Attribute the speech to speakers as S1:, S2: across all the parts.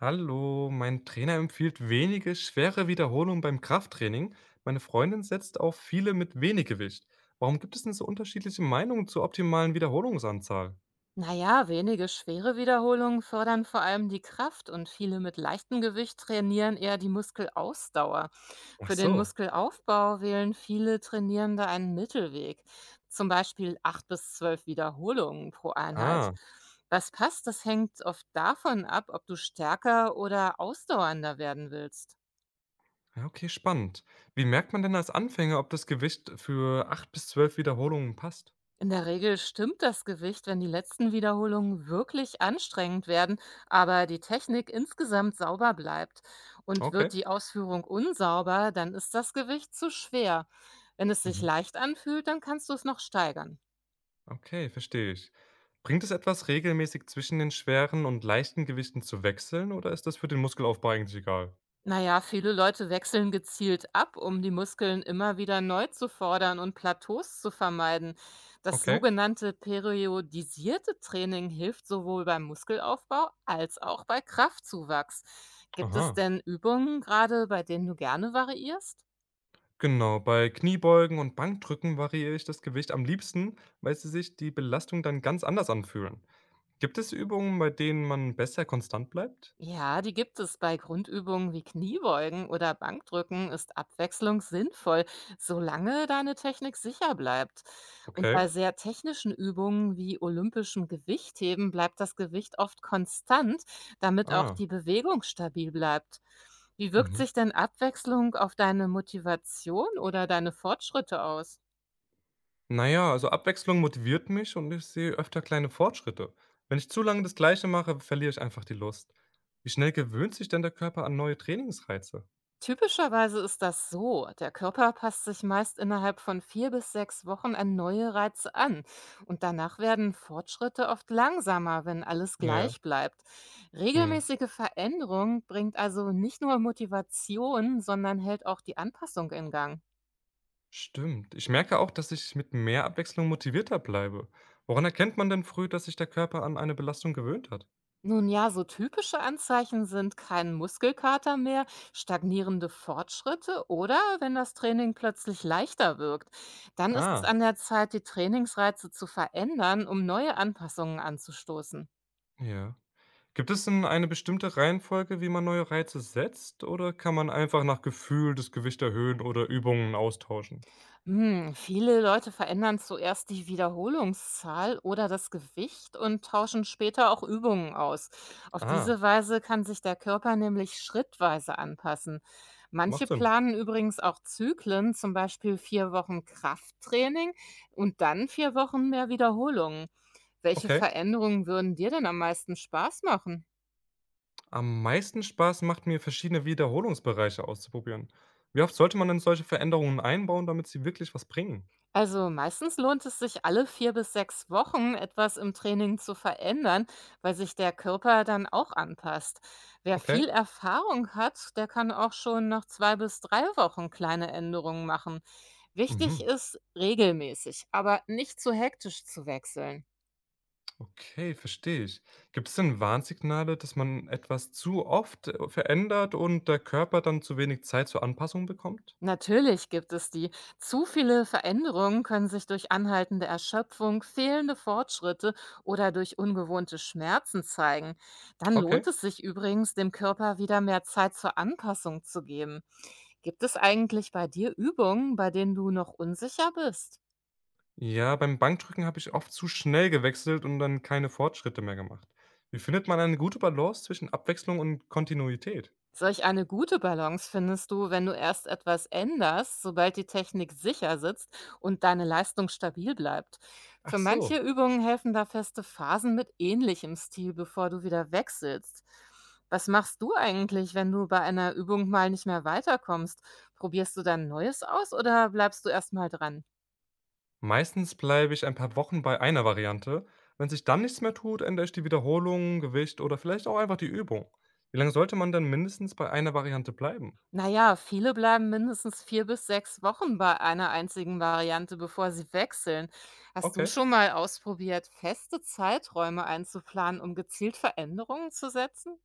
S1: Hallo, mein Trainer empfiehlt wenige schwere Wiederholungen beim Krafttraining. Meine Freundin setzt auf viele mit wenig Gewicht. Warum gibt es denn so unterschiedliche Meinungen zur optimalen Wiederholungsanzahl?
S2: Naja, wenige schwere Wiederholungen fördern vor allem die Kraft und viele mit leichtem Gewicht trainieren eher die Muskelausdauer.
S1: Ach
S2: Für den
S1: so.
S2: Muskelaufbau wählen viele Trainierende einen Mittelweg, zum Beispiel 8 bis 12 Wiederholungen pro Einheit.
S1: Ah,
S2: Was passt, das hängt oft davon ab, ob du stärker oder ausdauernder werden willst.
S1: ja, okay, spannend. Wie merkt man denn als Anfänger, ob das Gewicht für 8 bis 12 Wiederholungen passt?
S2: In der Regel stimmt das Gewicht, wenn die letzten Wiederholungen wirklich anstrengend werden, aber die Technik insgesamt sauber bleibt. Und
S1: Okay.
S2: wird die Ausführung unsauber, dann ist das Gewicht zu schwer. Wenn es sich
S1: Mhm.
S2: leicht anfühlt, dann kannst du es noch steigern.
S1: Okay, verstehe ich. Bringt es etwas, regelmäßig zwischen den schweren und leichten Gewichten zu wechseln oder ist das für den Muskelaufbau eigentlich egal?
S2: Naja, viele Leute wechseln gezielt ab, um die Muskeln immer wieder neu zu fordern und Plateaus zu vermeiden. Das
S1: Okay.
S2: sogenannte periodisierte Training hilft sowohl beim Muskelaufbau als auch bei Kraftzuwachs. Gibt es
S1: Aha.
S2: denn Übungen gerade, bei denen du gerne variierst?
S1: Genau, bei Kniebeugen und Bankdrücken variiere ich das Gewicht am liebsten, weil sie sich die Belastung dann ganz anders anfühlen. Gibt es Übungen, bei denen man besser konstant bleibt?
S2: Ja, die gibt es bei Grundübungen wie Kniebeugen oder Bankdrücken ist Abwechslung sinnvoll, solange deine Technik sicher bleibt. Und
S1: Okay.
S2: bei sehr technischen Übungen wie olympischem Gewichtheben bleibt das Gewicht oft konstant, damit auch
S1: Ah.
S2: die Bewegung stabil bleibt. Wie wirkt
S1: Mhm.
S2: sich denn Abwechslung auf deine Motivation oder deine Fortschritte aus?
S1: Naja, also Abwechslung motiviert mich und ich sehe öfter kleine Fortschritte. Wenn ich zu lange das Gleiche mache, verliere ich einfach die Lust. Wie schnell gewöhnt sich denn der Körper an neue Trainingsreize?
S2: Typischerweise ist das so. Der Körper passt sich meist innerhalb von 4 bis 6 Wochen an neue Reize an. Und danach werden Fortschritte oft langsamer, wenn alles
S1: Ja.
S2: gleich bleibt.
S1: Hm.
S2: Regelmäßige Veränderung bringt also nicht nur Motivation, sondern hält auch die Anpassung in Gang.
S1: Stimmt. Ich merke auch, dass ich mit mehr Abwechslung motivierter bleibe. Woran erkennt man denn früh, dass sich der Körper an eine Belastung gewöhnt hat?
S2: Nun ja, so typische Anzeichen sind kein Muskelkater mehr, stagnierende Fortschritte oder wenn das Training plötzlich leichter wirkt. Dann ist es
S1: Ah,
S2: an der Zeit, die Trainingsreize zu verändern, um neue Anpassungen anzustoßen.
S1: ja. Gibt es denn eine bestimmte Reihenfolge, wie man neue Reize setzt, oder kann man einfach nach Gefühl das Gewicht erhöhen oder Übungen austauschen?
S2: Hm, viele Leute verändern zuerst die Wiederholungszahl oder das Gewicht und tauschen später auch Übungen aus. Auf
S1: Ah,
S2: diese Weise kann sich der Körper nämlich schrittweise anpassen.
S1: macht
S2: Manche
S1: Sinn.
S2: planen übrigens auch Zyklen, zum Beispiel 4 Wochen Krafttraining und dann 4 Wochen mehr Wiederholungen. Welche
S1: Okay.
S2: Veränderungen würden dir denn am meisten Spaß machen?
S1: Am meisten Spaß macht mir, verschiedene Wiederholungsbereiche auszuprobieren. Wie oft sollte man denn solche Veränderungen einbauen, damit sie wirklich was bringen?
S2: Also meistens lohnt es sich alle 4 bis 6 Wochen etwas im Training zu verändern, weil sich der Körper dann auch anpasst. Wer
S1: Okay.
S2: viel Erfahrung hat, der kann auch schon nach 2 bis 3 Wochen kleine Änderungen machen.
S1: Mhm.
S2: Wichtig ist regelmäßig, aber nicht zu hektisch zu wechseln.
S1: Okay, verstehe ich. Gibt es denn Warnsignale, dass man etwas zu oft verändert und der Körper dann zu wenig Zeit zur Anpassung bekommt?
S2: Natürlich gibt es die. Zu viele Veränderungen können sich durch anhaltende Erschöpfung, fehlende Fortschritte oder durch ungewohnte Schmerzen zeigen. Dann lohnt
S1: Okay.
S2: es sich übrigens, dem Körper wieder mehr Zeit zur Anpassung zu geben. Gibt es eigentlich bei dir Übungen, bei denen du noch unsicher bist?
S1: Ja, beim Bankdrücken habe ich oft zu schnell gewechselt und dann keine Fortschritte mehr gemacht. Wie findet man eine gute Balance zwischen Abwechslung und Kontinuität?
S2: Solch eine gute Balance findest du, wenn du erst etwas änderst, sobald die Technik sicher sitzt und deine Leistung stabil bleibt.
S1: Ach
S2: Für manche
S1: so.
S2: Übungen helfen da feste Phasen mit ähnlichem Stil, bevor du wieder wechselst. Was machst du eigentlich, wenn du bei einer Übung mal nicht mehr weiterkommst? Probierst du dann Neues aus oder bleibst du erstmal dran?
S1: Meistens bleibe ich ein paar Wochen bei einer Variante. Wenn sich dann nichts mehr tut, ändere ich die Wiederholung, Gewicht oder vielleicht auch einfach die Übung. Wie lange sollte man dann mindestens bei einer Variante bleiben?
S2: Na ja, viele bleiben mindestens 4 bis 6 Wochen bei einer einzigen Variante, bevor sie wechseln. Hast du
S1: Okay.
S2: schon mal ausprobiert, feste Zeiträume einzuplanen, um gezielt Veränderungen zu setzen?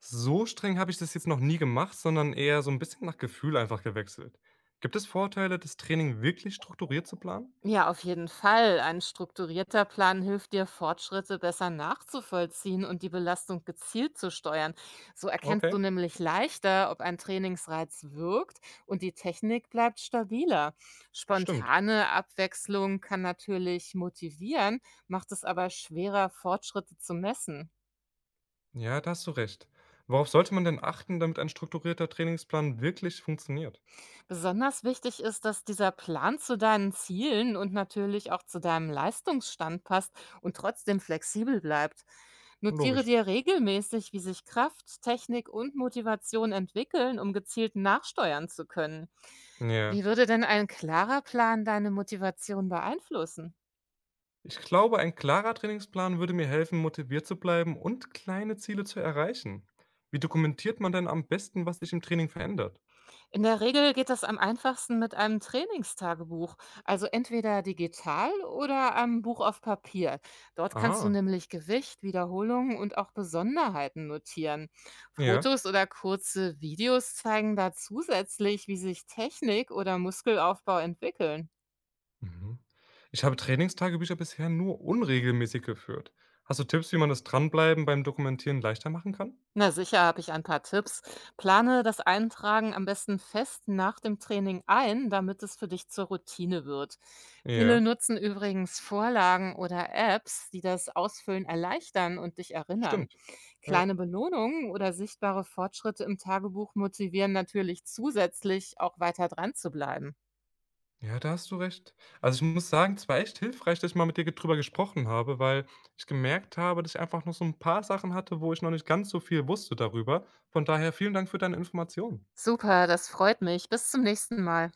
S1: So streng habe ich das jetzt noch nie gemacht, sondern eher so ein bisschen nach Gefühl einfach gewechselt. Gibt es Vorteile, das Training wirklich strukturiert zu planen?
S2: Ja, auf jeden Fall. Ein strukturierter Plan hilft dir, Fortschritte besser nachzuvollziehen und die Belastung gezielt zu steuern. So erkennst
S1: Okay,
S2: du nämlich leichter, ob ein Trainingsreiz wirkt und die Technik bleibt stabiler.
S1: stimmt.
S2: Spontane Abwechslung kann natürlich motivieren, macht es aber schwerer, Fortschritte zu messen.
S1: Ja, da hast du recht. Worauf sollte man denn achten, damit ein strukturierter Trainingsplan wirklich funktioniert?
S2: Besonders wichtig ist, dass dieser Plan zu deinen Zielen und natürlich auch zu deinem Leistungsstand passt und trotzdem flexibel bleibt. Notiere
S1: Logisch.
S2: dir regelmäßig, wie sich Kraft, Technik und Motivation entwickeln, um gezielt nachsteuern zu können.
S1: Ja.
S2: Wie würde denn ein klarer Plan deine Motivation beeinflussen?
S1: Ich glaube, ein klarer Trainingsplan würde mir helfen, motiviert zu bleiben und kleine Ziele zu erreichen. Wie dokumentiert man denn am besten, was sich im Training verändert?
S2: In der Regel geht das am einfachsten mit einem Trainingstagebuch, also entweder digital oder einem Buch auf Papier. Dort kannst du
S1: Ah,
S2: nämlich Gewicht, Wiederholungen und auch Besonderheiten notieren.
S1: ja.
S2: Fotos oder kurze Videos zeigen da zusätzlich, wie sich Technik oder Muskelaufbau entwickeln.
S1: Mhm. Ich habe Trainingstagebücher bisher nur unregelmäßig geführt. Hast du Tipps, wie man das Dranbleiben beim Dokumentieren leichter machen kann?
S2: Na sicher habe ich ein paar Tipps. Plane das Eintragen am besten fest nach dem Training ein, damit es für dich zur Routine wird. Viele
S1: Ja,
S2: nutzen übrigens Vorlagen oder Apps, die das Ausfüllen erleichtern und dich erinnern.
S1: stimmt. Ja.
S2: Kleine Belohnungen oder sichtbare Fortschritte im Tagebuch motivieren natürlich zusätzlich, auch weiter dran zu bleiben.
S1: Ja, da hast du recht. Also, ich muss sagen, es war echt hilfreich, dass ich mal mit dir ge drüber gesprochen habe, weil ich gemerkt habe, dass ich einfach noch so ein paar Sachen hatte, wo ich noch nicht ganz so viel wusste darüber. Von daher vielen Dank für deine Informationen.
S2: Super, das freut mich. Bis zum nächsten Mal.